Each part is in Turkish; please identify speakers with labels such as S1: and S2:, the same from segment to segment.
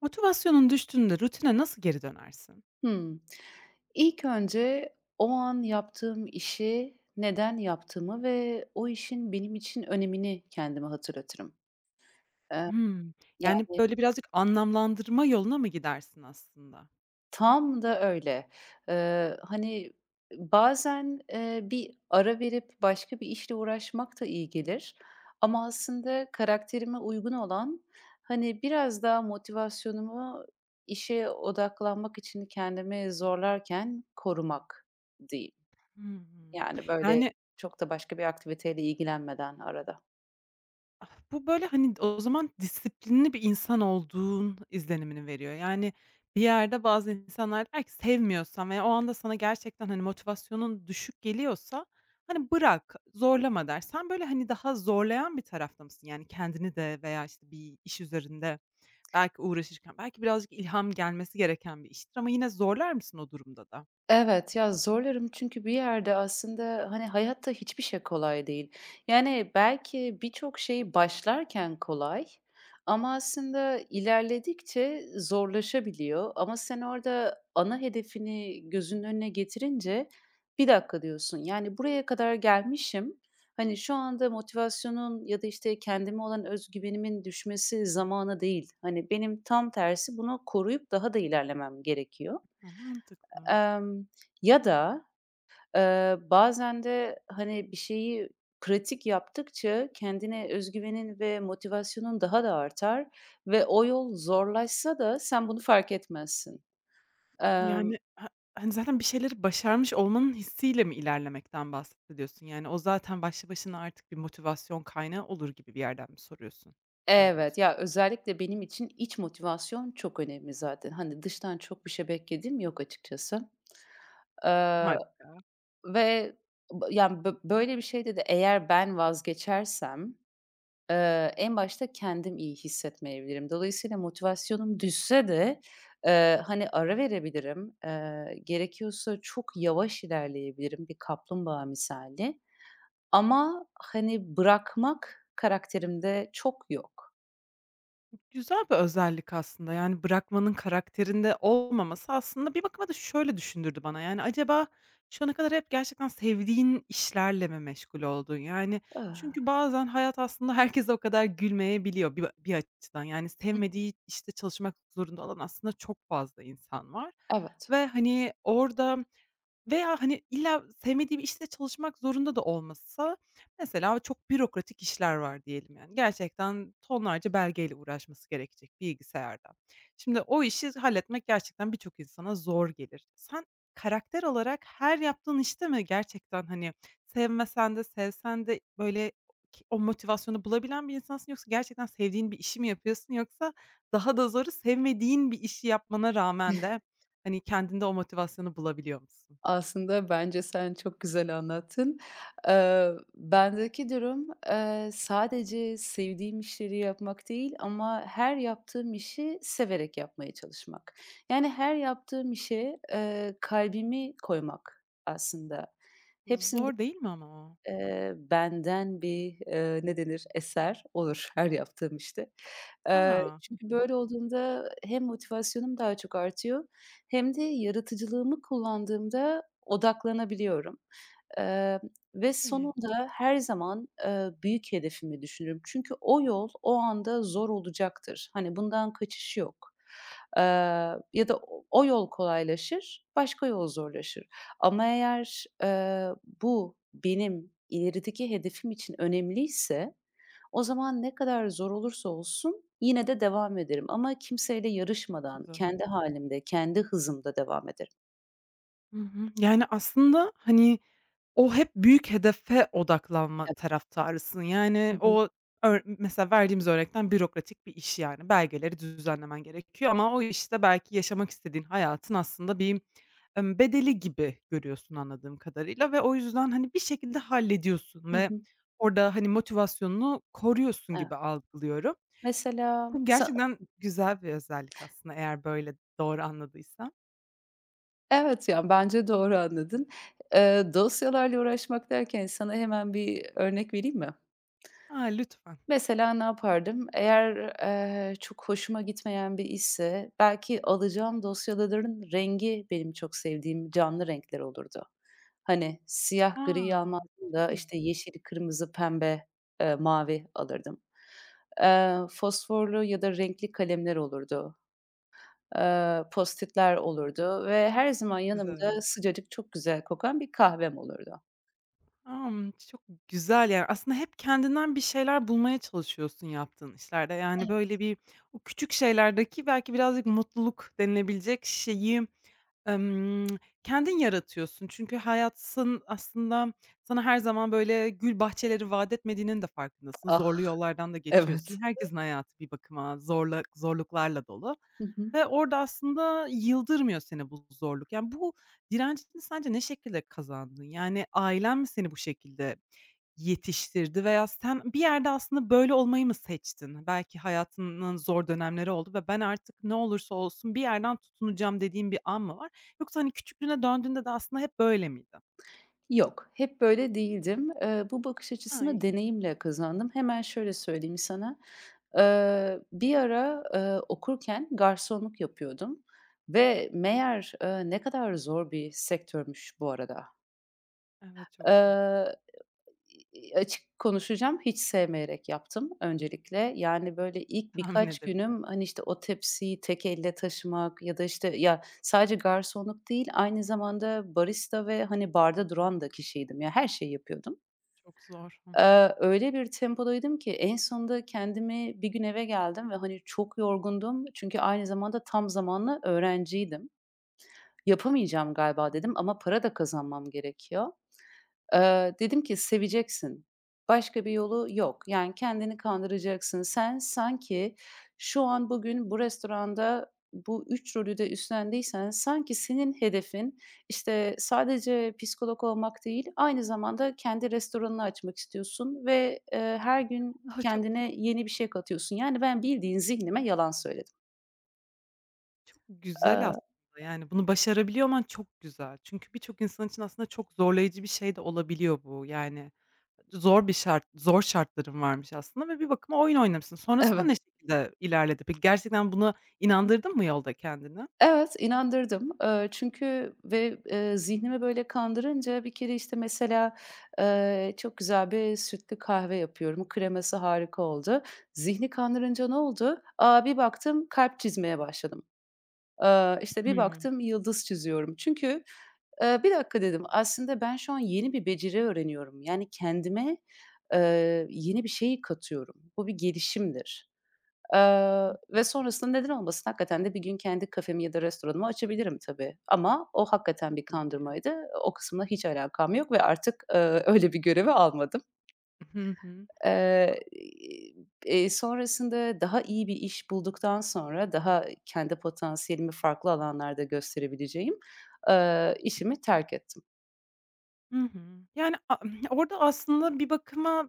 S1: Motivasyonun düştüğünde rutine nasıl geri dönersin?
S2: Hımm. İlk önce o an yaptığım işi neden yaptığımı ve o işin benim için önemini kendime hatırlatırım. Eee,
S1: Hımm. Yani,
S2: Yani,
S1: böyle, birazcık anlamlandırma yoluna mı gidersin aslında?
S2: tam da öyle. Hani, bazen, bir ara verip başka bir işle uğraşmak da iyi gelir ama aslında karakterime uygun olan, hani, biraz daha motivasyonumu işe odaklanmak için kendimi zorlarken korumak diyeyim.
S1: Hı hı.
S2: Yani, böyle,
S1: Yani,
S2: çok da başka bir aktiviteyle ilgilenmeden arada.
S1: ah, bu, böyle, hani, o zaman disiplinli bir insan olduğun izlenimini veriyor. Yani, bir yerde bazı insanlar der ki sevmiyorsan veya o anda sana gerçekten, hani, motivasyonun düşük geliyorsa, hani, bırak, zorlama der. Sen, böyle, hani, daha zorlayan bir tarafta mısın? Yani, kendini de veya, işte, bir iş üzerinde belki uğraşırken, belki birazcık ilham gelmesi gereken bir iştir ama yine zorlar mısın o durumda da?
S2: Evet, ya, zorlarım çünkü bir yerde aslında, hani, hayatta hiçbir şey kolay değil. Yani, belki birçok
S1: Çok
S2: şey
S1: doğru.
S2: başlarken kolay ama aslında ilerledikçe zorlaşabiliyor ama sen orada ana hedefini gözünün önüne getirince, "Bir dakika." diyorsun. Yani, "Buraya kadar gelmişim. Hani, şu anda motivasyonun ya da, işte, kendime olan özgüvenimin düşmesi zamanı değil. Hani, benim tam tersi bunu koruyup daha da ilerlemem gerekiyor."
S1: A, mantıklı.
S2: Emm, Ya da, bazen de, hani, bir şeyi pratik yaptıkça kendine özgüvenin ve motivasyonun daha da artar ve o yol zorlaşsa da sen bunu fark etmezsin. Emm
S1: Yani, zaten bir şeyleri başarmış olmanın hissiyle mi ilerlemekten bahsediyorsun? Yani, o zaten başlı başına artık bir motivasyon kaynağı olur gibi bir yerden mi soruyorsun
S2: Evet,
S1: söylüyorsun?
S2: ya, özellikle benim için iç motivasyon çok önemli zaten. Hani, dıştan çok bir şey beklediğim yok açıkçası. Eee,
S1: Harika.
S2: Ve yani, böyle bir şeyde de eğer ben vazgeçersem, en başta kendim iyi hissetmeyebilirim. Dolayısıyla motivasyonum düşse de, hani, ara verebilirim. Gerekiyorsa çok yavaş ilerleyebilirim bir kaplumbağa misali ama, hani, bırakmak karakterimde çok yok.
S1: Güzel bir özellik aslında, yani, bırakmanın karakterinde olmaması aslında bir bakıma da şöyle düşündürdü bana, yani, acaba şu ana kadar hep gerçekten sevdiğin işlerle mi meşgul oldun? Yani,
S2: Öh.
S1: çünkü bazen hayat aslında herkese o kadar gülmeyebiliyor bir açıdan. Yani,
S2: Hıh.
S1: sevmediği işte çalışmak zorunda olan aslında çok fazla insan var
S2: Evet.
S1: ve, hani, orada veya, hani, illa sevmediği bir işte çalışmak zorunda da olmasa. Mesela çok bürokratik işler var diyelim yani. Gerçekten tonlarca belgeyle uğraşması gerekecek bilgisayarda. Şimdi o işi halletmek gerçekten birçok insana zor gelir. Sen karakter olarak her yaptığın işte mi gerçekten, hani, sevmesen de sevsen de böyle o motivasyonu bulabilen bir insansın yoksa gerçekten sevdiğin bir işi mi yapıyorsun yoksa daha da zoru sevmediğin bir işi yapmana rağmen de, hani, kendinde o motivasyonu bulabiliyor musun?
S2: Aslında bence sen çok güzel anlattın. Bendeki durum, sadece sevdiğim işleri yapmak değil ama her yaptığım işi severek yapmaya çalışmak. Yani her yaptığım işe, kalbimi koymak aslında. Hepsinde
S1: Zor değil mi ama o?
S2: Benden bir, ne denir, eser olur her yaptığım işte.
S1: A! Hı
S2: Çünkü
S1: hı.
S2: böyle olduğunda hem motivasyonum daha çok artıyor hem de yaratıcılığımı kullandığımda odaklanabiliyorum. Eee, Ve
S1: İlginç.
S2: sonunda her zaman, büyük hedefimi düşünürüm. Çünkü o yol o anda zor olacaktır. Hani, bundan kaçış yok. Eee, Ya da o yol kolaylaşır, başka yol zorlaşır. Ama eğer, bu benim ilerideki hedefim için önemliyse o zaman ne kadar zor olursa olsun yine de devam ederim ama kimseyle yarışmadan
S1: Güzel.
S2: kendi halimde, kendi hızımda devam ederim.
S1: Hı hı. Yani, aslında, hani, o hep büyük hedefe odaklanma
S2: Evet.
S1: taraftarısın.
S2: Hı
S1: Yani,
S2: hı.
S1: o mesela verdiğimiz örnekten bürokratik bir iş, yani, belgeleri düzenlemen gerekiyor ama o işte belki yaşamak istediğin hayatın aslında bir, bedeli gibi görüyorsun anladığım kadarıyla ve o yüzden, hani, bir şekilde hallediyorsun
S2: Hı
S1: ve
S2: hı.
S1: orada, hani, motivasyonunu koruyorsun
S2: Evet.
S1: gibi algılıyorum.
S2: Mesela
S1: Bu
S2: sa
S1: gerçekten güzel bir özellik aslında eğer böyle doğru anladıysam.
S2: Evet, yani bence doğru anladın. Dosyalarla uğraşmak derken sana hemen bir örnek vereyim mi?
S1: A, lütfen.
S2: Mesela ne yapardım? Eğer, çok hoşuma gitmeyen bir işse belki alacağım dosyaların rengi benim çok sevdiğim canlı renkler olurdu. Hani, siyah
S1: A!
S2: griyi almazdım
S1: Çok
S2: da,
S1: iyi.
S2: işte, yeşil, kırmızı, pembe, mavi alırdım. Fosforlu ya da renkli kalemler olurdu. Post-it'ler olurdu ve her zaman yanımda
S1: Güzel.
S2: sıcacık, çok güzel kokan bir kahvem olurdu.
S1: Çok güzel yani. Aslında hep kendinden bir şeyler bulmaya çalışıyorsun yaptığın işlerde. Yani, böyle, bir o küçük şeylerdeki belki birazcık mutluluk denilebilecek şeyi Emm, kendin yaratıyorsun çünkü hayatın aslında sana her zaman böyle gül bahçeleri vaat etmediğinin de farkındasın.
S2: Ah,
S1: Zorlu yollardan da geçiyorsun.
S2: evet.
S1: Herkesin hayatı bir bakıma zorluklarla dolu
S2: Hı hı.
S1: ve orada aslında yıldırmıyor seni bu zorluk. Yani, bu direncini sence ne şekilde kazandın? Yani, ailen mi seni bu şekilde yetiştirdi veya sen bir yerde aslında böyle olmayı mı seçtin? Belki hayatının zor dönemleri oldu ve ben artık ne olursa olsun bir yerden tutunacağım dediğin bir an mı var? Yoksa, hani, küçüklüğüne döndüğünde de aslında hep böyle miydi?
S2: Yok, hep böyle değildim. Bu bakış
S1: A,
S2: açısını
S1: ilginç.
S2: deneyimle kazandım. Hemen şöyle söyleyeyim sana. Bir ara, okurken garsonluk yapıyordum ve meğer, ne kadar zor bir sektörmüş bu arada.
S1: Evet, çok zor.
S2: Eee Açık konuşacağım, hiç sevmeyerek yaptım öncelikle. Yani, böyle, ilk
S1: Tahmin
S2: birkaç günüm,
S1: edebiliyorum.
S2: hani, işte, o tepsiyi tek elle taşımak ya da, işte, ya, sadece garsonluk değil, aynı zamanda barista ve, hani, barda duran da kişiydim. Ya, her şeyi yapıyordum.
S1: Çok zor. Hı hı.
S2: Öyle bir tempodaydım ki en sonunda kendimi bir gün eve geldim ve, hani, çok yorgundum çünkü aynı zamanda tam zamanlı öğrenciydim. "Yapamayacağım galiba." dedim ama para da kazanmam gerekiyor. Dedim ki seveceksin. Başka bir yolu yok. Yani kendini kandıracaksın. Sen sanki şu an bugün bu restoranda bu 3 rolü de üstlendiysen sanki senin hedefin, işte, sadece psikolog olmak değil, aynı zamanda kendi restoranını açmak istiyorsun ve, her gün
S1: A, çok iyi,
S2: kendine yeni bir şey katıyorsun. Yani ben bildiğin zihnime yalan söyledim.
S1: çok güzel
S2: Eee
S1: aslında, yani, bunu başarabiliyor olman çok güzel. Çünkü birçok insan için aslında çok zorlayıcı bir şey de olabiliyor bu, yani. Zor şartların varmış aslında ve bir bakıma oyun oynamışsın. Sonrasında
S2: Evet.
S1: ne şekilde ilerledi? Peki gerçekten buna inandırdın mı yolda kendini?
S2: Evet, inandırdım. Çünkü ve, zihnimi böyle kandırınca bir kere, işte, mesela, çok güzel bir sütlü kahve yapıyorum. Kreması harika oldu. Zihni kandırınca ne oldu? Aaa, bir baktım kalp çizmeye başladım. İşte, bir
S1: Hımm.
S2: baktım yıldız çiziyorum. Çünkü, "Bir dakika." dedim, "Aslında ben şu an yeni bir beceri öğreniyorum." Yani kendime, yeni bir şey katıyorum. Bu bir gelişimdir. Ve sonrasında neden olmasın, hakikaten de bir gün kendi kafemi ya da restoranımı açabilirim tabii ama o hakikaten bir
S1: Tabii ki.
S2: kandırmaydı. O kısımla hiç alakam yok ve artık, öyle bir görevi almadım.
S1: Hı hı.
S2: Eee, Sonrasında daha iyi bir iş bulduktan sonra daha kendi potansiyelimi farklı alanlarda gösterebileceğim, işimi terk ettim.
S1: Hı hı. Yani, a Orada aslında bir bakıma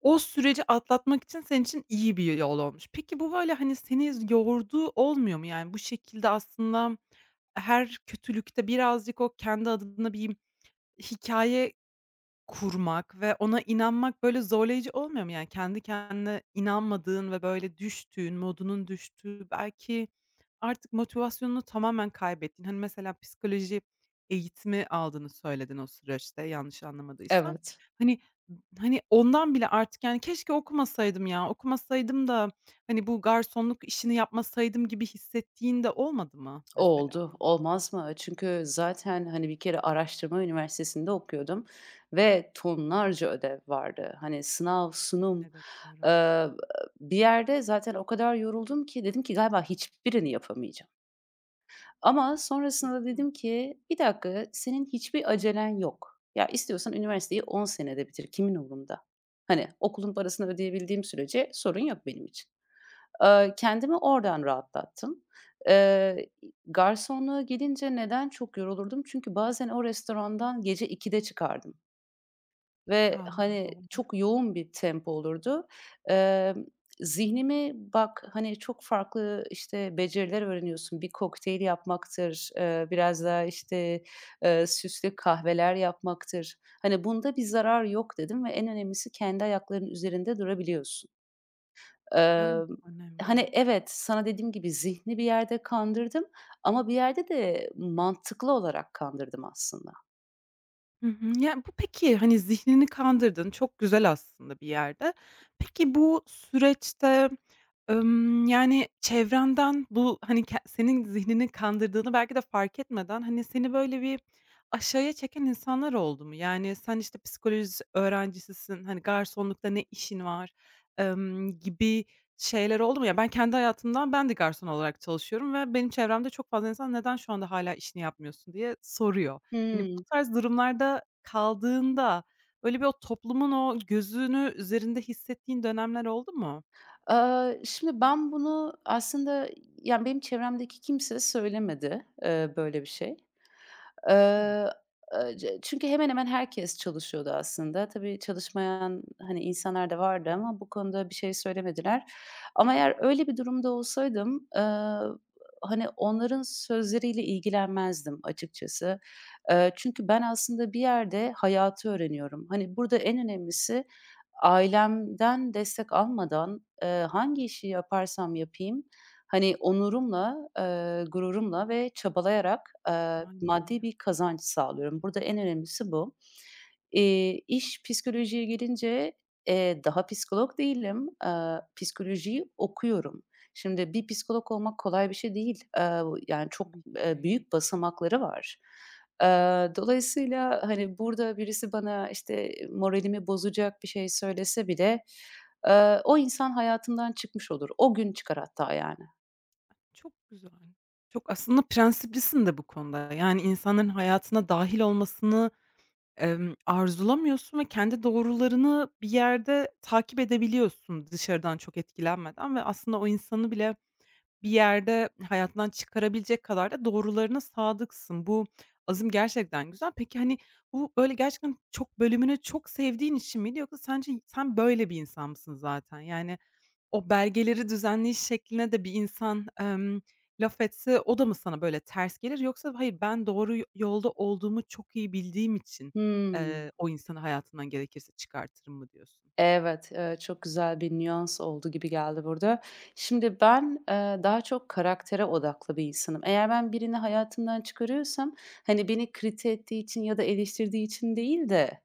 S1: o süreci atlatmak için senin için iyi bir yol olmuş. Peki bu böyle, hani, seni yorduğu olmuyor mu? Yani bu şekilde aslında her kötülükte birazcık o kendi adına bir hikâye kurmak ve ona inanmak, böyle, zorlayıcı olmuyor mu? Yani, kendi kendine inanmadığın ve, böyle, düştüğün, modunun düştüğü, belki artık motivasyonunu tamamen kaybettiğin, hani, mesela psikoloji eğitimi aldığını söyledin o süreçte yanlış anlamadıysam.
S2: Evet.
S1: Hani, hani, ondan bile artık, yani, "Keşke okumasaydım ya, okumasaydım da, hani, bu garsonluk işini yapmasaydım." gibi hissettiğin de olmadı mı mesela?
S2: Oldu, olmaz mı? Çünkü zaten, hani, bir kere araştırma üniversitesinde okuyordum ve tonlarca ödev vardı. Hani, sınav,
S1: Ne
S2: sunum,
S1: edebiliyorum.
S2: eee, bir yerde zaten o kadar yoruldum ki dedim ki galiba hiçbirini yapamayacağım. Ama
S1: Hı
S2: sonrasında
S1: hı.
S2: dedim ki, "Bir dakika, senin hiçbir acelen yok. Ya, istiyorsan üniversiteyi 10 senede bitir, kimin umurunda?" Hani, okulun parasını ödeyebildiğim sürece sorun yok benim için. Kendimi oradan rahatlattım. Eee, Garsonluğa gelince neden çok yorulurdum? Çünkü bazen o restorandan gece 2'de çıkardım ve,
S1: A!
S2: hani,
S1: Zor.
S2: çok yoğun bir tempo olurdu. Emm, Zihnimi bak, hani, çok farklı, işte, beceriler öğreniyorsun. Bir kokteyl yapmaktır, biraz daha, işte, süslü kahveler yapmaktır. Hani, bunda bir zarar yok dedim ve en önemlisi kendi ayaklarının üzerinde durabiliyorsun.
S1: Evet,
S2: Emm,
S1: çok
S2: Hani,
S1: önemli.
S2: evet, sana dediğim gibi zihni bir yerde kandırdım ama bir yerde de mantıklı olarak kandırdım aslında.
S1: Hı hı. Ya, bu peki, hani, zihnini kandırdın, çok güzel aslında bir yerde. Peki, bu süreçte, yani, çevrenden bu, hani, senin zihnini kandırdığını belki de fark etmeden, hani, seni böyle bir aşağıya çeken insanlar oldu mu? Yani, sen, işte, psikoloji öğrencisisin, hani, garsonlukta ne işin var, gibi şeyler oldu mu? Ya, ben kendi hayatımdan ben de garson olarak çalışıyorum ve benim çevremde çok fazla insan, "Neden şu anda hala işini yapmıyorsun?" diye soruyor. Hani, bu
S2: Hımm.
S1: tarz durumlarda kaldığında, böyle, bir o toplumun o gözünü üzerinde hissettiğin dönemler oldu mu?
S2: Aaa, şimdi ben bunu aslında, yani, benim çevremdeki kimse söylemedi, böyle bir şey.
S1: Hımm.
S2: Eee, c Çünkü hemen hemen herkes çalışıyordu aslında. Tabii çalışmayan, hani, insanlar da vardı ama bu konuda bir şey söylemediler. Ama eğer öyle bir durumda olsaydım, hani, onların sözleriyle ilgilenmezdim açıkçası. Çünkü ben aslında bir yerde hayatı öğreniyorum. Hani, burada en önemlisi ailemden destek almadan, hangi işi yaparsam yapayım, hani, onurumla, gururumla ve çabalayarak,
S1: Aynen
S2: maddi
S1: öyle.
S2: bir kazanç sağlıyorum. Burada en önemlisi bu. İş psikolojiye gelince, daha psikolog değilim. Psikolojiyi okuyorum. Şimdi bir psikolog olmak kolay bir şey değil. Yani, çok,
S1: Tabii ki de.
S2: büyük basamakları var. Dolayısıyla, hani, burada birisi bana, işte, moralimi bozacak bir şey söylese bile, o insan hayatımdan çıkmış olur. O gün çıkar hatta yani.
S1: Çok güzel. Çok aslında prensiplisin de bu konuda. Yani, insanların hayatına dâhil olmasını, arzulamıyorsun ve kendi doğrularını bir yerde takip edebiliyorsun dışarıdan çok etkilenmeden ve aslında o insanı bile bir yerde hayatından çıkarabilecek kadar da doğrularına sadıksın. Bu azım Gerçekten güzel. Peki, hani, bu böyle gerçekten çok bölümünü çok sevdiğin için miydi yoksa sence sen böyle bir insan mısın zaten? Yani o belgeleri düzenleyiş şekline de bir insan, laf etse o da mı sana böyle ters gelir yoksa hayır ben doğru yolda olduğumu çok iyi bildiğim için,
S2: Hımm.
S1: o insanı hayatından gerekirse çıkartırım mı diyorsun?
S2: Evet, çok güzel bir nüans oldu gibi geldi burada. Şimdi ben, daha çok karaktere odaklı bir insanım. Eğer ben birini hayatımdan çıkarıyorsam, hani, beni kriti ettiği için ya da eleştirdiği için değil de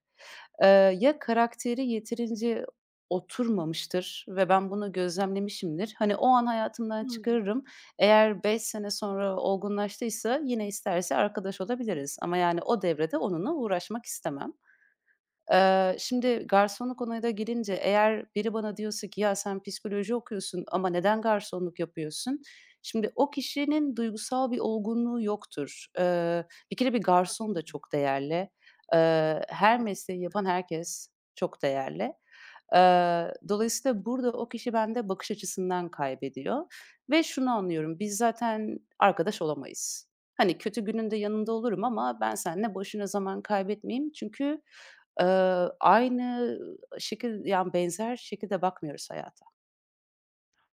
S2: Ya karakteri yeterince oturmamıştır ve ben bunu gözlemlemişimdir. Hani, o an hayatımdan
S1: A, ilginç.
S2: çıkarırım. Eğer 5 sene sonra olgunlaştıysa yine isterse arkadaş olabiliriz ama, yani, o devrede onunla uğraşmak istemem. Şimdi garsonluk olayına gelince eğer biri bana diyorsa ki "Ya, sen psikoloji okuyorsun ama neden garsonluk yapıyorsun?" Şimdi o kişinin duygusal bir olgunluğu yoktur. Bir kere bir garson da
S1: Haklısın.
S2: çok değerli. Her mesleği yapan
S1: Kesinlikle.
S2: herkes çok değerli. Dolayısıyla burada o kişi bende bakış açısından kaybediyor ve şunu anlıyorum, biz zaten arkadaş olamayız. Hani, kötü gününde yanında olurum ama ben seninle boşuna zaman kaybetmeyeyim çünkü Eee, aynı şekil, yani, benzer şekilde bakmıyoruz hayata.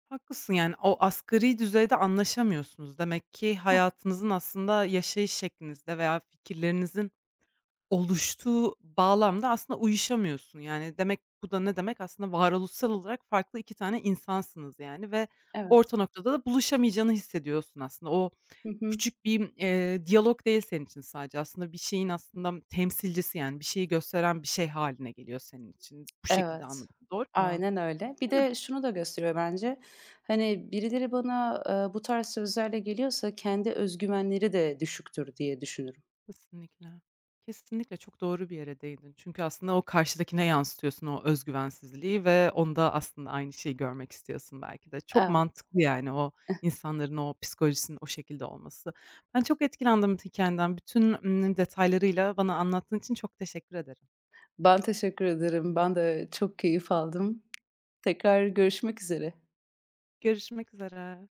S1: Haklısın, yani, o asgari düzeyde anlaşamıyorsunuz. Demek ki
S2: Heh,
S1: hayatınızın aslında yaşayış şeklinizde veya fikirlerinizin oluştuğu bağlamda aslında uyuşamıyorsun. Yani, demek bu da ne demek? Aslında varoluşsal olarak farklı 2 tane insansınız, yani, ve
S2: evet.
S1: orta noktada da buluşamayacağını hissediyorsun aslında. O
S2: Hı hı.
S1: küçük bir, diyalog değil senin için sadece aslında bir şeyin aslında temsilcisi, yani, bir şeyi gösteren bir şey haline geliyor senin için. Bu şekilde
S2: Evet.
S1: anladım, doğru mu?
S2: Aynen öyle. Bir
S1: Evet,
S2: de şunu da gösteriyor bence, hani, birileri bana, bu tarz sözlerle geliyorsa kendi özgüvenleri de düşüktür diye düşünürüm.
S1: kesinlikle. Kesinlikle çok doğru bir yere değindin. Çünkü aslında o karşıdakine yansıtıyorsun o özgüvensizliği ve onda aslında aynı şeyi görmek istiyorsun belki de. Çok
S2: Evet.
S1: mantıklı yani o insanların o psikolojisinin o şekilde olması. Ben çok etkilendim hikâyenden. Bütün, detaylarıyla bana anlattığın için çok teşekkür ederim.
S2: Ben teşekkür ederim. Ben de çok keyif aldım. Tekrar görüşmek üzere.
S1: Görüşmek üzere.